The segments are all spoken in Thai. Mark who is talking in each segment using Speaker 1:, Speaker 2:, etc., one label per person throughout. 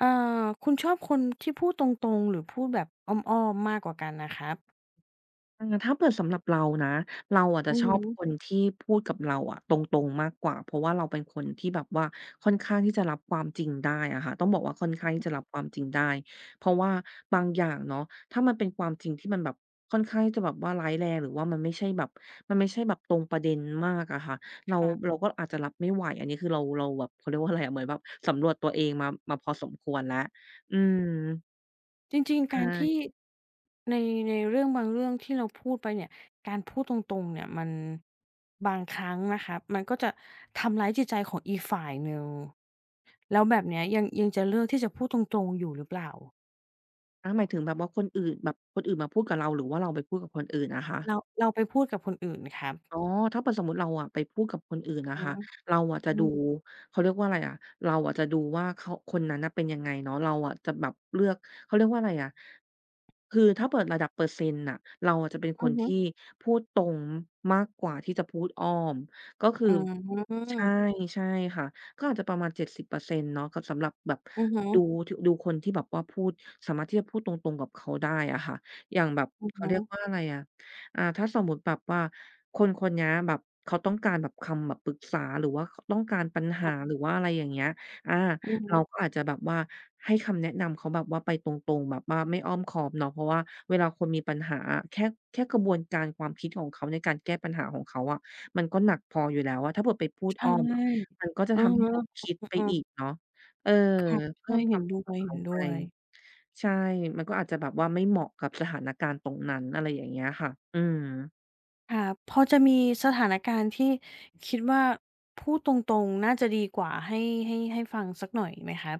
Speaker 1: อ่าคุณชอบคนที่พูดตรงๆหรือพูดแบบอ้อมๆมากกว่ากันน่ะครับ
Speaker 2: อาถ้าเปิดสำหรับเรานะเราอะจะ
Speaker 1: อือ
Speaker 2: ชอ
Speaker 1: ฮึ
Speaker 2: บคนที่พูดกับเราอะตรงๆมากกว่าเพราะว่าเราเป็นคนที่แบบว่าค่อนข้างที่จะรับความจริงได้อะค่ะต้องบอกว่าค่อนข้างที่จะรับความจริงได้เพราะว่าบางอย่างเนาะถ้ามันเป็นความจริงที่มันแบบค่อนข้างที่จะแบบว่าร้ายแรงหรือว่ามันไม่ใช่แบบมันไม่ใช่แบบตรงประเด็นมากอะค่ะเรา
Speaker 1: ครั
Speaker 2: เรา
Speaker 1: บ
Speaker 2: ก็อาจจะรับไม่ไหวอันนี้คือเราแบบเขาเรียกว่าอะไรอะเหมือนแบบสำรวจตัวเองมาพอสมควรแล้วอืม
Speaker 1: จริง
Speaker 2: ใช
Speaker 1: ๆการที่
Speaker 2: ่
Speaker 1: ในในเรื่องบางเรื่องที่เราพูดไปเนี่ยการพูดตรงๆเนี่ยมันบางครั้งนะครับมันก็จะทำร้ายจิตใจของอีกฝ่ายหนึ่งแล้วแบบเนี้ยยังจะเลือกที่จะพูดตรงๆอยู่หรือเปล่า
Speaker 2: อาหมายถึงแบบว่าคนอื่นมาพูดกับเราหรือว่าเราไปพูดกับคนอื่นอะคะ
Speaker 1: เราไปพูดกับคนอื่นครับ
Speaker 2: อ๋อถ้าเผื่สมมุติเราอะไปพูดกับคนอื่นนะ
Speaker 1: อือ
Speaker 2: คะ
Speaker 1: ฮึ
Speaker 2: เราอะจะ
Speaker 1: อื
Speaker 2: ดู
Speaker 1: อ
Speaker 2: เขาเรียกว่าอะไรอะเราอะจะดูว่าเขาคนนั้นน่ะเป็นยังไงเนาะเราอะจะแบบเลือกเขาเรียกว่าอะไรอะคือถ้าเปิดระดับเปอร์เซ็นต์น่ะเราอะจะเป็นค
Speaker 1: อือ
Speaker 2: น
Speaker 1: ฮึ
Speaker 2: ที่พูดตรงมากกว่าที่จะพูดอ้อมก็คือ
Speaker 1: อืม
Speaker 2: ใช่ใช่ค่ะก็อาจจะประมาณ70%เปอร์เซ็นต์เนาะกบสำหรับแบบ
Speaker 1: อือฮึ
Speaker 2: ดูดูคนที่แบบว่าพูดสามารถที่จะพูดตรงๆกับเขาได้อะค่ะอย่างแบบ
Speaker 1: อือ
Speaker 2: เขา
Speaker 1: ฮึ
Speaker 2: เรียกว่าอะไรอะ อ่าถ้าสมมุติแบบว่าคนๆเนี้ยแบบเขาต้องการแบบคำแบบปรึกษาหรือว่าเขาต้องการปัญหา
Speaker 1: ค่ะ
Speaker 2: หรือว่าอะไรอย่างเงี้ยอา
Speaker 1: อือฮึ
Speaker 2: เราก็อาจจะแบบว่าให้คำแนะนำเขาแบบว่าไปตรงๆแบบว่าไม่อ้อมค้อมเนาะเพราะว่าเวลาคนมีปัญหาอะแค่กระบวนการความคิดของเขาในการแก้ปัญหาของเขาอะมันก็หนักพออยู่แล้วอะถ้าเผื่อไปพูด
Speaker 1: ใช่
Speaker 2: อ้อม
Speaker 1: อะ
Speaker 2: อะมั
Speaker 1: ฮ
Speaker 2: นก็จะ
Speaker 1: ะ
Speaker 2: ทำให้เขาคิดไป
Speaker 1: อา
Speaker 2: อีกเนาะเออ
Speaker 1: ๆค่ะ
Speaker 2: เพิ่
Speaker 1: ใช่
Speaker 2: มควา
Speaker 1: เห็
Speaker 2: ม
Speaker 1: น
Speaker 2: คิด
Speaker 1: ด้ว
Speaker 2: ของ
Speaker 1: ย
Speaker 2: เขา
Speaker 1: เห็น
Speaker 2: ไป
Speaker 1: ด้วย
Speaker 2: ใช่ มันก็อาจจะแบบว่าไม่เหมาะกับสถานการณ์ตรงนั้นอะไรอย่างเงี้ยค่ะอืม
Speaker 1: ค่ะพอจะมีสถานการณ์ที่คิดว่าพูดตรงๆน่าจะดีกว่าให้ให้ฟังสักหน่อยไหมครับ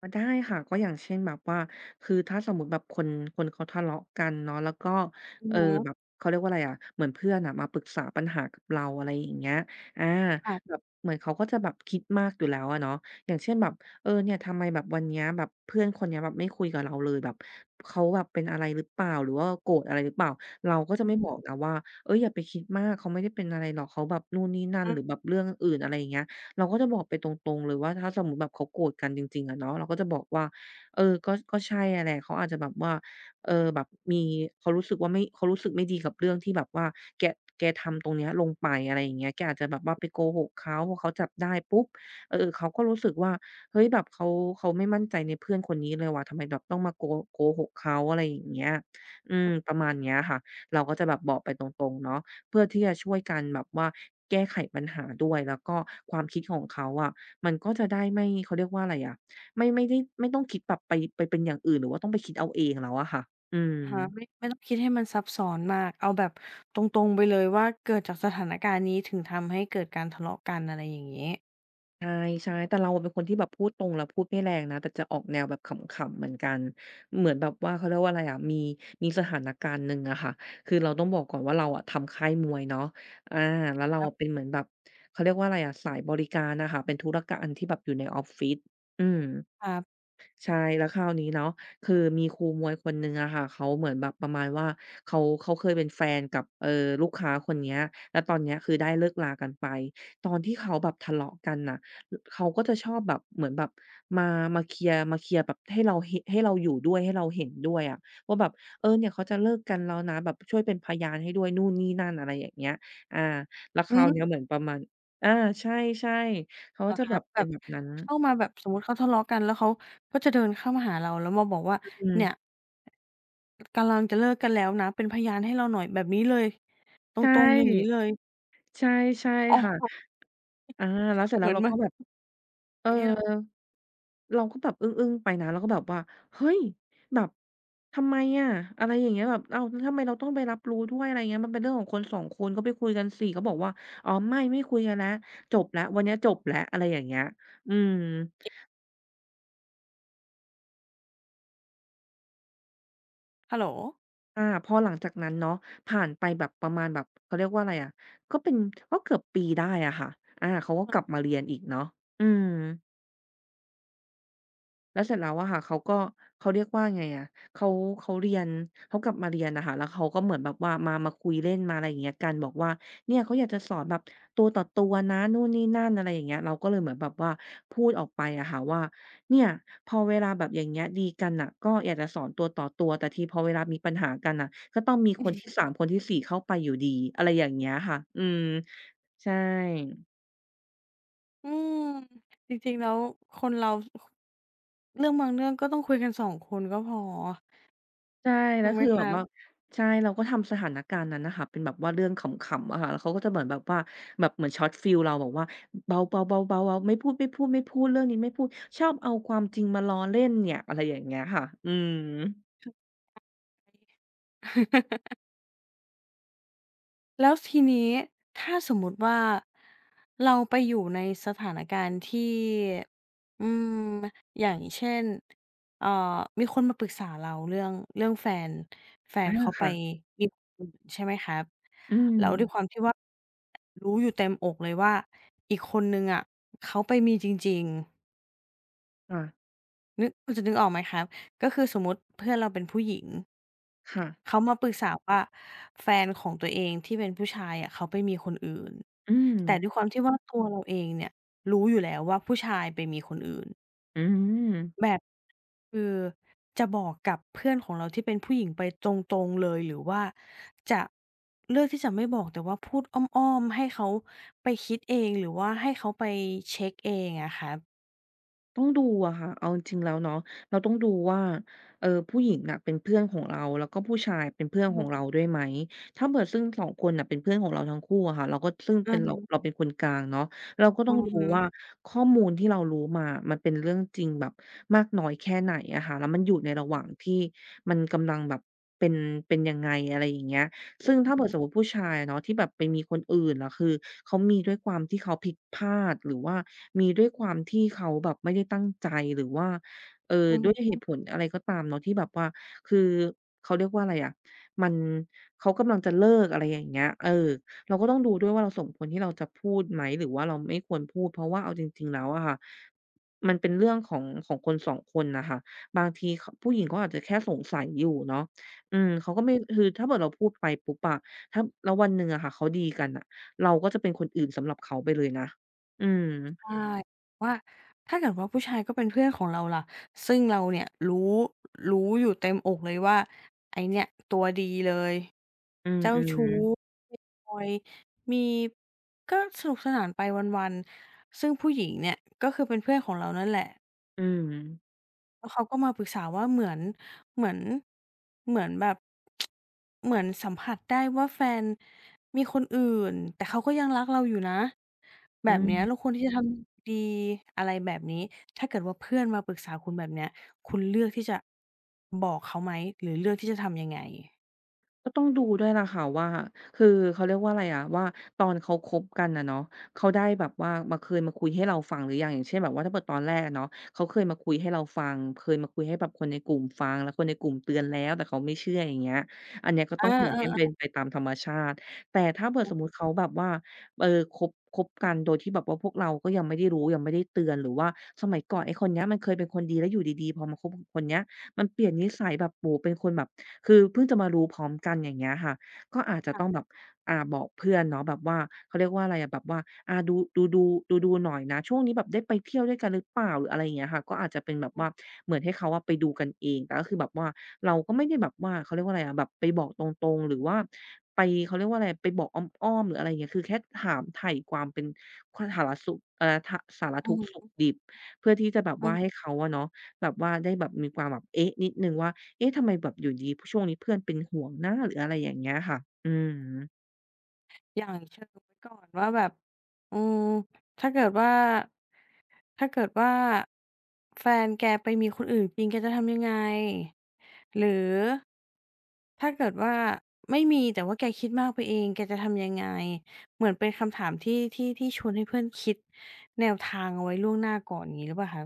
Speaker 2: อ๋อได้ค่ะก็อย่างเช่นแบบว่าคือถ้าสมมติแบบคนเขาทะเลาะกันเนาะแล้วก็
Speaker 1: อือ
Speaker 2: เอ่อ
Speaker 1: ฮึ
Speaker 2: แบบเขาเรียกว่าอะไรอะเหมือนเพื่อนน่ะมาปรึกษาปัญหากับเราอะไรอย่างเงี้ยอา
Speaker 1: ครั
Speaker 2: แบ
Speaker 1: บ
Speaker 2: บเหมือนเขาก็จะแบบคิดมากอยู่แล้วอะเนาะอย่างเช่นแบบเออเนี่ยทำไมแบบวันเนี้ยแบบเพื่อนคนเนี้ยแบบไม่คุยกับเราเลยแบบเขาแบบเป็นอะไรหรือเปล่าหรือว่าโกรธอะไรหรือเปล่าเราก็จะ
Speaker 1: อื
Speaker 2: ไม่
Speaker 1: อ
Speaker 2: บอกนะว่าเฮ้ยอย่าไปคิดมากเขาไม่ได้เป็นอะไรหรอกเขาแบบนู่นนี่นั่น
Speaker 1: ฮึ
Speaker 2: หรือแบบเรื่องอื่นอะไรอย่างเงี้ย เราก็จะบอกไปตรงๆเลยว่าถ้าสมมุติแบบเขาโกรธกันจริงๆอะเนาะเราก็จะบอกว่าเออก็ใช่อะแหละเขาอาจจะแบบว่าเออแบบมีเขารู้สึกว่าไม่เขารู้สึกไม่ดีกับเรื่องที่แบบว่าแกแกทำตรงเนี้ยลงไปอะไรอย่างเงี้ยแกอาจจะแบบว่าไปโกหกเขาพอเขาจับได้ปุ๊บเออเขาก็รู้สึกว่าเฮ้ยแบบเขาไม่มั่นใจในเพื่อนคนนี้เลยว่ะทำไมแบบต้องมาโกหกเขาอะไรอย่างเงี้ยอืมประมาณเนี้ยค่ะเราก็จะแบบบอกไปตรงๆเนาะ เพื่อที่จะช่วยกันแบบว่าแก้ไขปัญหาด้วยแล้วก็ความคิดของเขาอะมันก็จะได้ไม่เขาเรียกว่าอะไรอะไม่ได้ไม่ต้องคิดแบบไปเป็นอย่างอื่นหรือว่าต้องไปคิดเอาเองแล้วอะค่ะอืม
Speaker 1: อะฮะไม่ต้องคิดให้มันซับซ้อนมาก เอาแบบตรงๆไปเลยว่าเกิดจากสถานการณ์นี้ถึงทำให้เกิดการทะเลาะกันอะไรอย่างงี้
Speaker 2: ใช่ๆแต่เราอะเป็นคนที่แบบพูดตรงและพูดไม่แรงนะแต่จะออกแนวแบบขำๆเหมือนกันเหมือนแบบว่าเขาเรียกว่าอะไรอะมีสถานการณ์หนึ่งอะค่ะคือเราต้องบอกก่อนว่าเราอะทำค่ายมวยเนาะอาแล้วเราอะเป็นเหมือนแบบเขาเรียกว่าอะไรอะสายบริการอะค่ะเป็นธุรการที่แบบอยู่ในออฟฟิศอืม
Speaker 1: ครับ
Speaker 2: ใช่แล้วคราวนี้เนาะคือมีครูมวยคนหนึ่งอะค่ะเขาเหมือนแบบประมาณว่าเขาเคยเป็นแฟนกับลูกค้าคนเนี้ยแล้วตอนเนี้ยคือได้เลิกลากันไปตอนที่เขาแบบทะเลาะกันน่ะอเขาก็จะชอบแบบเหมือนแบบมามาเคลียร์มาเคลียร์แบบให้เราเหให้เราอยู่ด้วยให้เราเห็นด้วยอะว่าแบบเออเนี่ยเขาจะเลิกกันแล้วนะแบบช่วยเป็นพยานให้ด้วยนู่นนี่นั่นอะไรอย่างเงี้ยอาแล้วค
Speaker 1: อื
Speaker 2: ราวเนี้ย
Speaker 1: ม
Speaker 2: เหมือนประมาณอาใช่ๆเขา
Speaker 1: เหร
Speaker 2: ก็
Speaker 1: อ
Speaker 2: จะแบ
Speaker 1: คะ
Speaker 2: บ
Speaker 1: แบ
Speaker 2: เป็น
Speaker 1: บ
Speaker 2: แบบนั้น
Speaker 1: เข้ามาแบบสมมุติเขาทะเลาะกันแล้วเขาก็จะเดินเข้ามาหาเราแล้วมาบอกว่า
Speaker 2: อืม
Speaker 1: เนี่ยกำลังจะเลิกกันแล้วนะเป็นพยานให้เราหน่อยแบบนี้เลยต
Speaker 2: ใช
Speaker 1: รงๆอย่างงี้
Speaker 2: ่
Speaker 1: เลย
Speaker 2: ใช่ใช่
Speaker 1: โอ้
Speaker 2: ค่ะ
Speaker 1: โฮ
Speaker 2: อาแล้วเสร็จ
Speaker 1: เห
Speaker 2: แล้
Speaker 1: มื
Speaker 2: ว
Speaker 1: อน
Speaker 2: เรา
Speaker 1: มา
Speaker 2: ก็แบบ
Speaker 1: ขา
Speaker 2: เออ
Speaker 1: ยให้เรา
Speaker 2: เราก็แบบอึ้งๆไปนะเราก็แบบว่าเฮ้ยแบบทำไมอะอะไรอย่างเงี้ยแบบอ้าวแล้วทำไมเราต้องไปรับรู้ด้วยอะไรเงี้ยมันเป็นเรื่องของคน2คนก็ไปคุยกันสิเขาบอกว่าอ๋อไม่คุยกันแล้วจบแล้ววันเนี้ยจบแล้วอะไรอย่างเงี้ยอืม
Speaker 1: ฮัลโหล
Speaker 2: อาพอหลังจากนั้นเนาะผ่านไปแบบประมาณแบบเขาเรียกว่าอะไรอะก็เป็นก็เกือบปีได้อะค่ะอาเขาก็กลับมาเรียนอีกเนาะอืม แล้วเสร็จแล้วอะค่ะเขาก็เขาเรียกว่าไงอะเขาเขาเรียนเขากลับมาเรียนนะค่ะแล้วเขาก็เหมือนแบบว่ามาคุยเล่นมาอะไรอย่างเงี้ยกันบอกว่าเนี่ยเขาอยากจะสอนแบบตัวต่อตัวนะนู่นนี่นั่นอะไรอย่างเงี้ยเราก็เลยเหมือนแบบว่าพูดออกไปอะค่ะว่าเนี่ยพอเวลาแบบอย่างเงี้ยดีกันน่ะก็อยากจะสอนตัวต่อตัวแต่ทีพอเวลามีปัญหากันน่ะก็ต้องมีคนที่สามคนที่สี่เข้าไปอยู่ดีอะไรอย่างเงี้ยค่ะอืมใช่
Speaker 1: อืมจริงๆแล้วคนเราเรื่องบางเรื่องก็ต้องคุยกันสองคนก็พอ
Speaker 2: ใช่ แล้
Speaker 1: ถู
Speaker 2: ว
Speaker 1: กไหม
Speaker 2: คือ
Speaker 1: ค
Speaker 2: แบบว่าใช่เราก็ทำสถานการณ์นั้นน่ะค่ะเป็นแบบว่าเรื่องขำๆอะค่ะแล้วเขาก็จะเหมือนแบบว่าแบบเหมือนช็อตฟีลเราบอกว่าเบาๆๆๆๆไม่พูดๆๆเรื่องนี้ไม่พูดชอบเอาความจริงมาล้อเล่นเนี่ยอะไรอย่างเงี้ยค่ะอืม
Speaker 1: ะ แล้วทีนี้ถ้าสมมุติว่าเราไปอยู่ในสถานการณ์ที่อืมอย่างเช่นเอ่อมีคนมาปรึกษาเราเรื่องแฟนแฟน
Speaker 2: อา
Speaker 1: เขาไป
Speaker 2: ค่ะ
Speaker 1: มีคนอื่นใช่ไหมครับ
Speaker 2: อืม
Speaker 1: แล้วด้วยความที่ว่ารู้อยู่เต็มอกเลยว่าอีกคนหนึ่งอะเขาไปมีจริงๆ
Speaker 2: ค่ะ
Speaker 1: นึกคุณจะนึกออกไหมครับก็คือสมมุติเพื่อนเราเป็นผู้หญิง
Speaker 2: ค่ะ
Speaker 1: เขามาปรึกษาว่าแฟนของตัวเองที่เป็นผู้ชายอะเขาไปมีคนอื่น
Speaker 2: อืม
Speaker 1: แต่ด้วยความที่ว่าตัวเราเองเนี่ยรู้อยู่แล้วว่าผู้ชายไปมีคนอื่น
Speaker 2: อืม
Speaker 1: แบบคือจะบอกกับเพื่อนของเราที่เป็นผู้หญิงไปตรงๆเลยหรือว่าจะเลือกที่จะไม่บอกแต่ว่าพูดอ้อมๆให้เขาไปคิดเองหรือว่าให้เขาไปเช็กเองอะครับ
Speaker 2: ต้องดูอะค่ะ เอาจริงๆแล้วเนาะเราต้องดูว่าผู้หญิงน่ะเป็นเพื่อนของเราแล้วก็ผู้ชายเป็นเพื่อน
Speaker 1: อื
Speaker 2: ขอ
Speaker 1: อ
Speaker 2: งเราด้วยไหมถ้าเผื่อซึ่งสองคนน่ะเป็นเพื่อนของเราทั้งคู่อะค่ะเราก็ซึ่ง
Speaker 1: อื
Speaker 2: เป็
Speaker 1: อ
Speaker 2: นเรา
Speaker 1: ฮึ
Speaker 2: เราเป็นคนกลางเนาะ เราก็ต้
Speaker 1: อื
Speaker 2: อง
Speaker 1: อ
Speaker 2: ดู
Speaker 1: ฮึ
Speaker 2: ว่าข้อมูลที่เรารู้มา มันเป็นเรื่องจริงแบบมากน้อยแค่ไหนอะค่ะแล้วมันอยู่ในระหว่างที่มันกำลังแบบเป็นเป็นยังไงอะไรอย่างเงี้ย ซึ่ง
Speaker 1: อื
Speaker 2: ถ้า
Speaker 1: อฮึ
Speaker 2: เผื่อสมมติผู้ชายเนาะที่แบบไปมีคนอื่นล่ะคือเขามีด้วยความที่เขาพลิกพลาดหรือว่ามีด้วยความที่เขาแบบไม่ได้ตั้งใจหรือว่า
Speaker 1: อือ
Speaker 2: ด้
Speaker 1: ฮ
Speaker 2: วยเห
Speaker 1: ึ
Speaker 2: ตุผลอะไรก็ตามเนาะที่แบบว่าคือเขาเรียกว่าอะไรอะมันเขากำลังจะเลิกอะไรอย่างเงี้ยเออเราก็ต้องดูด้วยว่าเราสมควรที่เราจะพูดไหมหรือว่าเราไม่ควรพูดเพราะว่าเอาจริงๆแล้วอะค่ะมันเป็นเรื่องของของคนสองคนน่ะค่ะบางทีขผู้หญิงเขาอาจจะแค่สงสัยอยู่เนาะ อืมเขาก็ไม่คือถ้าเกิดเราพูดไปปุ๊บอะถ้าแล้ววันหนึ่งอะค่ะเขาดีกันน่ะเราก็จะเป็นคนอื่นสำหรับเขาไปเลยนะอืม
Speaker 1: ใช่ว่าถ้าเกิดว่าผู้ชายก็เป็นเพื่อนของเราล่ะซึ่งเราเนี่ยรู้รู้อยู่เต็มอกเลยว่าไอ้เนี่ยตัวดีเลย
Speaker 2: อื
Speaker 1: เจ้าชู้
Speaker 2: ม
Speaker 1: เปย์บอยมีก็สนุกสนานไปวันๆซึ่งผู้หญิงเนี่ยก็คือเป็นเพื่อนของเรานั่นแหละ
Speaker 2: ๆอืม
Speaker 1: แล้วเขาก็มาปรึกษาว่าเหมือนเหมือนแบบ เหมือนสัมผัสได้ว่าแฟนมีคนอื่นแต่เขาก็ยังรักเราอยู่นะ
Speaker 2: อื
Speaker 1: แบบเนี้ยเรา
Speaker 2: ม
Speaker 1: ควรที่จะทำดีอะไรแบบนี้ถ้าเกิดว่าเพื่อนมาปรึกษาคุณแบบเนี้ยคุณเลือกที่จะบอกเขาไหมหรือเลือกที่จะทำยังไง
Speaker 2: ก็ต้องดูด้วยล่ะค่ะว่าคือเขาเรียกว่าอะไรอะว่าตอนเขาคบกันอะเนาะเขาได้แบบว่ามาเคยมาคุยให้เราฟังหรือยังอย่างเช่นแบบว่าถ้าเกิดตอนแรกอะเนาะเขาเคยมาคุยให้เราฟังเคยมาคุยให้แบบคนในกลุ่มฟังแล้วคนในกลุ่มเตือนแล้วแต่เขาไม่เชื่ออย่างเงี้ยอันเนี้ยก็ต้
Speaker 1: อา
Speaker 2: องปล่อยให้มเป็
Speaker 1: เ
Speaker 2: นไปตามธรรมชาติแต่ถ้าเผื่อสมมุติเขาแบบว่าเอ่อคบกันโดยที่แบบว่าพวกเราก็ยังไม่ได้รู้ยังไม่ได้เตือนหรือว่าสมัยก่อนไอ้คนเนี้ยมันเคยเป็นคนดีแล้วอยู่ดีๆพอมาคบกับคนเนี้ยมันเปลี่ยนนิสัยแบบโอ้โฮเป็นคนแบบ คือเพิ่งจะมารู้พร้อมกันอย่างเงี้ยค่ะก็อาจ
Speaker 1: ๆ
Speaker 2: จะต้อง
Speaker 1: ค่ะ
Speaker 2: แบบอ่าบอกเพื่อนเนาะแบบว่าเขาเรียกว่าอะไรอะแบบว่าอ่าดูหน่อยนะช่วงนี้แบบได้ไปเที่ยวด้วยกันหรือเปล่าหรืออะไรอย่างเงี้ยค่ะก็อาจจะเป็นแบบ
Speaker 1: อือ
Speaker 2: ว่าเหมือนให้เขาอะไปดูกันเองแต่ก็คือแบบว่าเราก็ไม่ได้แบบว่าเขาเรียกว่าอะไรอะแบบไปบอกตรงๆหรือว่าไปเขาเรียกว่าอะไรไปบอกอ้อมๆหรืออะไรอย่างเงี้ยคือแค่ถามไถ่ความเป็นความสารสุขทะสารทุกข์สุก
Speaker 1: อ
Speaker 2: ดิบเพื่อที่จะแบบ
Speaker 1: ื
Speaker 2: ว่า
Speaker 1: อ
Speaker 2: ให้เขาอะเนาะแบบว่าได้แบบมีความแบบเอ๊ะนิดหนึ่งว่า เอ๊ะทำไมแบบอยู่ดีช่วงนี้เพื่อนเป็นห่วงนะหรืออะไรอย่างเงี้ยค่ะอืม
Speaker 1: อย่างเชิงไว้ก่อนว่าแบบอืมถ้าเกิดว่าถ้าเกิดว่าแฟนแกไปมีคนอื่นจริงแกจะทำยังไงหรือถ้าเกิดว่าไม่มีแต่ว่าแกคิดมากไปเองแกจะทำยังไงเหมือนเป็นคำถามที่ชวนให้เพื่อนคิดแนวทางเอาไว้ล่วงหน้าก่อนอย่างงี้หรือเปล่าคะ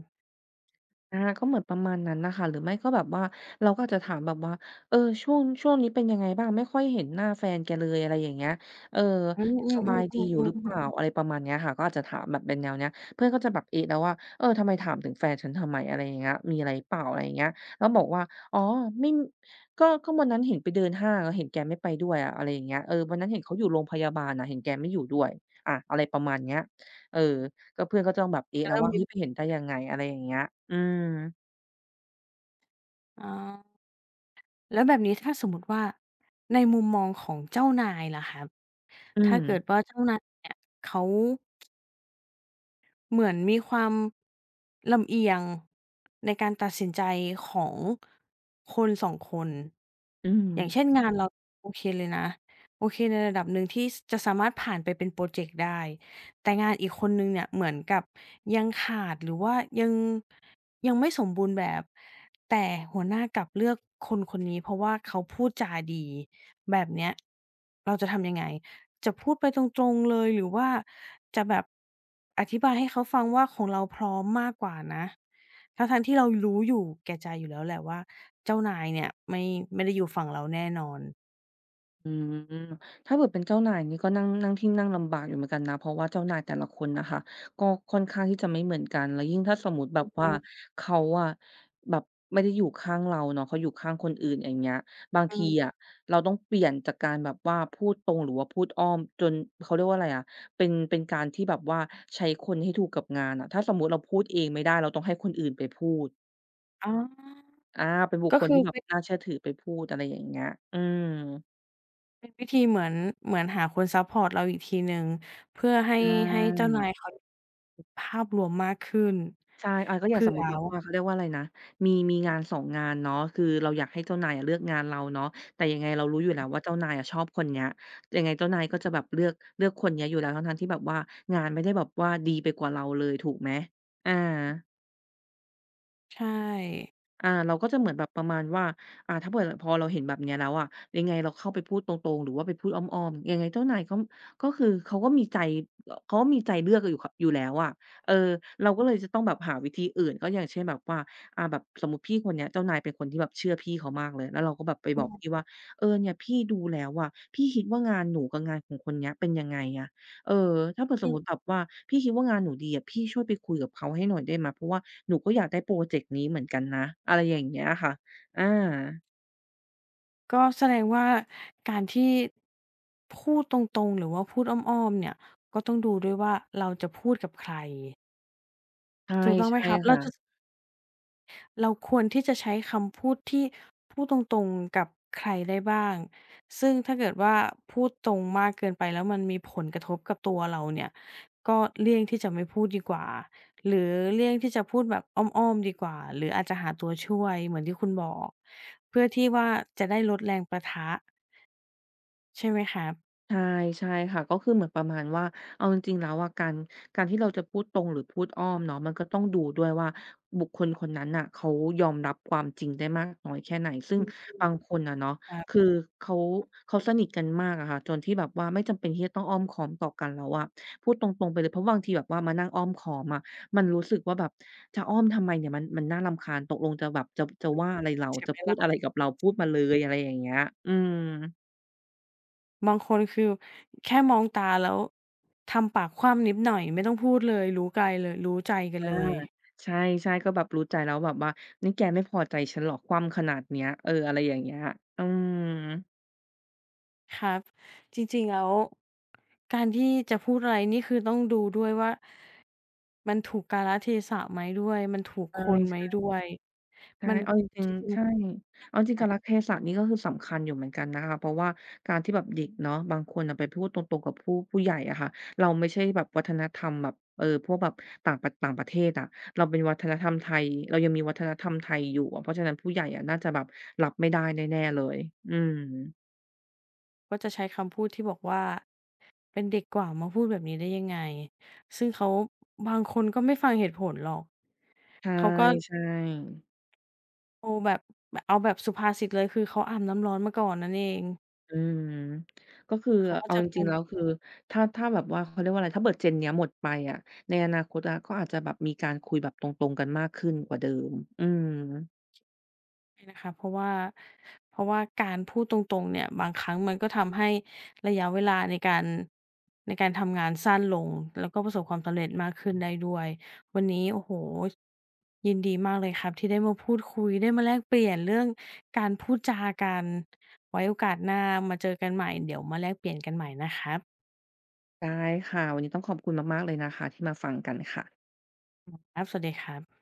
Speaker 2: อาก็เหมือนประมาณนั้นน่ะค่ะหรือไม่ก็แบบว่าเราก็อาจจะถามแบบว่าเออช่วงนี้เป็นยังไงบ้างไม่ค่อยเห็นหน้าแฟนแกเลยอะไรอย่างเงี้ยเออ
Speaker 1: อื
Speaker 2: ยังส
Speaker 1: ม
Speaker 2: บายดีอยู่หรือเป
Speaker 1: ๆๆๆ
Speaker 2: ล่า
Speaker 1: ๆ
Speaker 2: อะไรประมาณเนี้ยค่ะก็อาจจะถามแบบเป็นแนวเนี้ยเพื่อนก็จะแบบเอะแล้วว่าเออทำไมถามถึงแฟนฉันทำไมอะไรอย่างเงี้ยมีอะไรเปล่าอะไรอย่างเงี้ยแล้วบอกว่าอ๋อไม่ก็วันนั้นเห็นไปเดินห้างอะเห็นแกไม่ไปด้วยอะอะไรอย่างเงี้ยเออวันนั้นเห็นเขาอยู่โรงพยาบาลน่ะเห็นแกไม่อยู่ด้วยอะอะไรประมาณเนี้ยเออ ก็เพื่อนก็จะต้องแบบ
Speaker 1: ๆ
Speaker 2: เอ๊ะ
Speaker 1: จะ
Speaker 2: แล้ว
Speaker 1: เริ่ม
Speaker 2: ว่า
Speaker 1: มี
Speaker 2: เฮ้ยไปเห็นได้ยังไงอะไรอย่างเงี้ยอืม
Speaker 1: อ๋อ แล้วแบบนี้ถ้าสมมุติว่าในมุมมองของเจ้านายล่ะครับ
Speaker 2: อื
Speaker 1: ถ้าเกิด
Speaker 2: ม
Speaker 1: ว่าเจ้านายเนี่ยเขา เหมือนมีความลำเอียงในการตัดสินใจของคนสองคน
Speaker 2: อืม
Speaker 1: อย่างเช่นงานเราโอเคเลยนะโอเคในระดับหนึ่งที่สจะสามารถผ่านไปเป็นพรอเจกต์ได้แต่งานอีกคนหนึ่งเนี่ยเหมือนกับยังขาดหรือว่ายังยังไม่สมบูรณ์แบบแต่หัวหน้ากลับเลือกคนคนนี้เพราะว่าเขาพูดจาดีแบบเนี้ยเราจะทำยังไง จะพูดไปตรงๆเลยหรือว่าจะแบบอธิบายให้เขาฟังว่าของเราพร้อมมากกว่านะทั้งๆที่เรารู้อยู่แก่ใจอยู่แล้วแหละว่าเจ้านายเนี่ยไม่ได้อยู่ฝั่งเราแน่นอน
Speaker 2: อืมถ้าเกิดเป็นเจ้านายนี่ก็นั่งนั่งที่นั่งลำบากอยู่เหมือนกันนะเพราะว่าเจ้านายแต่ละคนน่ะค่ะก็ค่อนข้างที่จะไม่เหมือนกันแล้วยิ่งถ้าสมมุติแบ
Speaker 1: อ
Speaker 2: บ
Speaker 1: ื
Speaker 2: ว่า
Speaker 1: ม
Speaker 2: เขาอะแบบไม่ได้อยู่ข้างเราเนาะเขาอยู่ข้างคนอื่นอย่างเงี้ยบาง
Speaker 1: อื
Speaker 2: ที
Speaker 1: ม
Speaker 2: อะเราต้องเปลี่ยนจากการแบบว่าพูดตรงหรือว่าพูดอ้อมจนเขาเรียกว่าอะไรอะเป็นการที่แบบว่าใช้คนให้ถูกกับงานอะถ้าสมมุติเราพูดเองไม่ได้เราต้องให้คนอื่นไปพูด
Speaker 1: อ๋อ
Speaker 2: อาเป็นบุค
Speaker 1: ก็
Speaker 2: คล
Speaker 1: คือ
Speaker 2: ที่แบบ
Speaker 1: เป็น
Speaker 2: น่าเชื่อถือไปพูดอะไรอย่างเงี้ยอืม
Speaker 1: เป็นวิธีเหมือนหาคนซัปพอร์ตเราอีกทีหนึ่งเพื่อให้
Speaker 2: ใช
Speaker 1: เจ้า
Speaker 2: ่
Speaker 1: นายเขาภาพรวมมากขึ้น
Speaker 2: ใช่อาก็อย่างส
Speaker 1: เผื่
Speaker 2: ม
Speaker 1: อ
Speaker 2: มุติแบบว่าเขาเรียกว่าอะไรนะมีงานสองงานเนาะคือเราอยากให้เจ้านายอะเลือกงานเราเนาะแต่ยังไงเรารู้อยู่แล้วว่าเจ้านายอะชอบคนเนี้ยยังไงเจ้านายก็จะแบบเลือกคนเนี้ยอยู่แล้วทั้งๆที่แบบว่างานไม่ได้แบบว่าดีไปกว่าเราเลยถูกไหมอา
Speaker 1: ใช่
Speaker 2: อาเราก็จะเหมือนแบบประมาณว่าถ้าเผื่อพอเราเห็นแบบเนี้ยแล้วอะยังไงเราเข้าไปพูดตรงๆหรือว่าไปพูดอ้อมๆยังไงเจ้านายก็ก็คือเขาก็มีใจเขาก็มีใจเลือกอยู่คอยู่แล้วอะเออเราก็เลยจะต้องแบบหาวิธีอื่นก็อย่างเช่นแบบว่าแบบสมมุติพี่คนเนี้ยเจ้านายเป็นคนที่แบบเชื่อพี่เขามากเลยแล้วเราก็แบบไปบ
Speaker 1: อื
Speaker 2: อกพี่
Speaker 1: ม
Speaker 2: ว่าเออเนี่ยพี่ดูแล้วอะพี่คิดว่างานหนูกับงานของคนเนี้ยเป็นยังไงอะ เออถ้าเผื่อสมมุติแบบว่าพี่คิดว่างานหนูดีอะพี่ช่วยไปคุยกับเขาให้หน่อยได้ไหมเพราะว่าหนูก็อยากได้พรอเจกต์นี้เหมือนกันนะอะไรอย่างเงี้ยค่ะอา
Speaker 1: ก็แสดงว่าการที่พูดตรงๆหรือว่าพูดอ้อมๆเนี่ยก็ต้องดูด้วยว่าเราจะพูดกับใคร
Speaker 2: ใช่
Speaker 1: ถูกต้องไหม
Speaker 2: ใช่
Speaker 1: ครับบ
Speaker 2: ค่ะ
Speaker 1: เราควรที่จะใช้คำพูดที่พูดตรงๆกับใครได้บ้างซึ่งถ้าเกิดว่าพูดตรงมากเกินไปแล้วมันมีผลกระทบกับตัวเราเนี่ยก็เลี่ยงที่จะไม่พูดดีกว่าหรือเลี่ยงที่จะพูดแบบอ้อมๆดีกว่าหรืออาจจะหาตัวช่วยเหมือนที่คุณบอกเพื่อที่ว่าจะได้ลดแรงปะทะใช่ไหมครับ
Speaker 2: ใช่ใช่ค่ะก็คือเหมือนประมาณว่าเอาจริงๆแล้วอะการที่เราจะพูดตรงหรือพูดอ้อมเนาะมันก็ต้องดูด้วยว่าบุคคลคนนั้นน่ะเขายอมรับความจริงได้มากน้อยแค่ไหนซึ่งบางคนอะเนาะ
Speaker 1: ครั
Speaker 2: คื
Speaker 1: บ
Speaker 2: อเขาเขาสนิทกันมากอะค่ะจนที่แบบว่าไม่จำเป็นที่จะต้องอ้อมค้อมต่อกันแล้วอะพูดตรงๆไปเลยเพราะบางทีแบบว่ามานั่งอ้อมค้อมอะมันรู้สึกว่าแบบจะอ้อมทำไมเนี่ยมันน่ารำคาญตกลงจะแบบจะว่าอะไรเรา
Speaker 1: เสีย
Speaker 2: จะ
Speaker 1: เว
Speaker 2: พูดอะ
Speaker 1: ลา
Speaker 2: ไรกับเราพูดมาเลยอะไรอย่างเงี้ยอืม
Speaker 1: บางคนคือแค่มองตาแล้วทำปากคว่ำนิดหน่อยไม่ต้องพูดเลยรู้ไกลเลยรู้ใจกัน
Speaker 2: อา
Speaker 1: เลย
Speaker 2: ใช่ๆก็แบบรู้ใจแล้วแบบว่านี่แกไม่พอใจฉันเหรอคว่ำขนาดเนี้ยเอออะไรอย่างเงี้ยอืม
Speaker 1: ครับจริงๆแล้วการที่จะพูดอะไรนี่คือต้องดูด้วยว่ามันถูกกาลเทศะไหมด้วยมันถูกคนไหม
Speaker 2: ใช่
Speaker 1: ด้วย
Speaker 2: ๆใช่
Speaker 1: มัน
Speaker 2: เอาจริง
Speaker 1: จริ
Speaker 2: ๆ
Speaker 1: ง
Speaker 2: ใช่เอาจริ
Speaker 1: ๆ
Speaker 2: ง
Speaker 1: มั
Speaker 2: กา
Speaker 1: น
Speaker 2: ลเทศะนี่ก็คือสำคัญอยู่เหมือนกันนะคะเพราะว่าการที่แบบเด็กเนาะบางคนน่ะไปพูดตรงๆกับผู้ใหญ่อะค่ะเราไม่ใช่แบบวัฒนธรรมแบบเออพวกแบบต่างประเทศอะเราเป็นวัฒนธรรมไทยเรายังมีวัฒนธรรมไทยอยู่อะเพราะฉะนั้นผู้ใหญ่อะน่าจะแบบรับไม่ได้แน่ๆเลยอืม
Speaker 1: ก็จะใช้คำพูดที่บอกว่าเป็นเด็กกว่ามาพูดแบบนี้ได้ยังไงซึ่งเขาบางคนก็ไม่ฟังเหตุผลหรอก
Speaker 2: ใช
Speaker 1: เขาก็
Speaker 2: ่ๆ
Speaker 1: โอ้แบบเอาแบบสุภาษิตเลยคือเขาอาบน้ำร้อนมาก่อนนั่นเอง
Speaker 2: อืมก็คือ
Speaker 1: เขาก็
Speaker 2: เอา
Speaker 1: จะ
Speaker 2: จ
Speaker 1: ค
Speaker 2: ริงๆ
Speaker 1: ง
Speaker 2: แล้วคือถ้าแบบว่าเขาเรียกว่าอะไรถ้าเบิด Gen เนี้ยหมดไปอะในอนาคตอะก็อาจจะแบบมีการคุยแบบตรงๆกันมากขึ้นกว่าเดิมอืม
Speaker 1: ไม่นะคะเพราะว่าการพูดตรงๆเนี่ยบางครั้งมันก็ทำให้ระยะเวลาในการทำงานสั้นลงแล้วก็ประสบความสำเร็จมากขึ้นได้ด้วยวันนี้โอ้โฮยินดีมากเลยครับที่ได้มาพูดคุยได้มาแลกเปลี่ยนเรื่องการพูดจากันไว้โอกาสหน้ามาเจอกันใหม่เดี๋ยวมาแลกเปลี่ยนกันใหม่นะครับ
Speaker 2: ได้ค่ะวันนี้ต้องขอบคุณมากๆเลยนะคะที่มาฟังกันค่ะ
Speaker 1: ครับสวัสดีครับ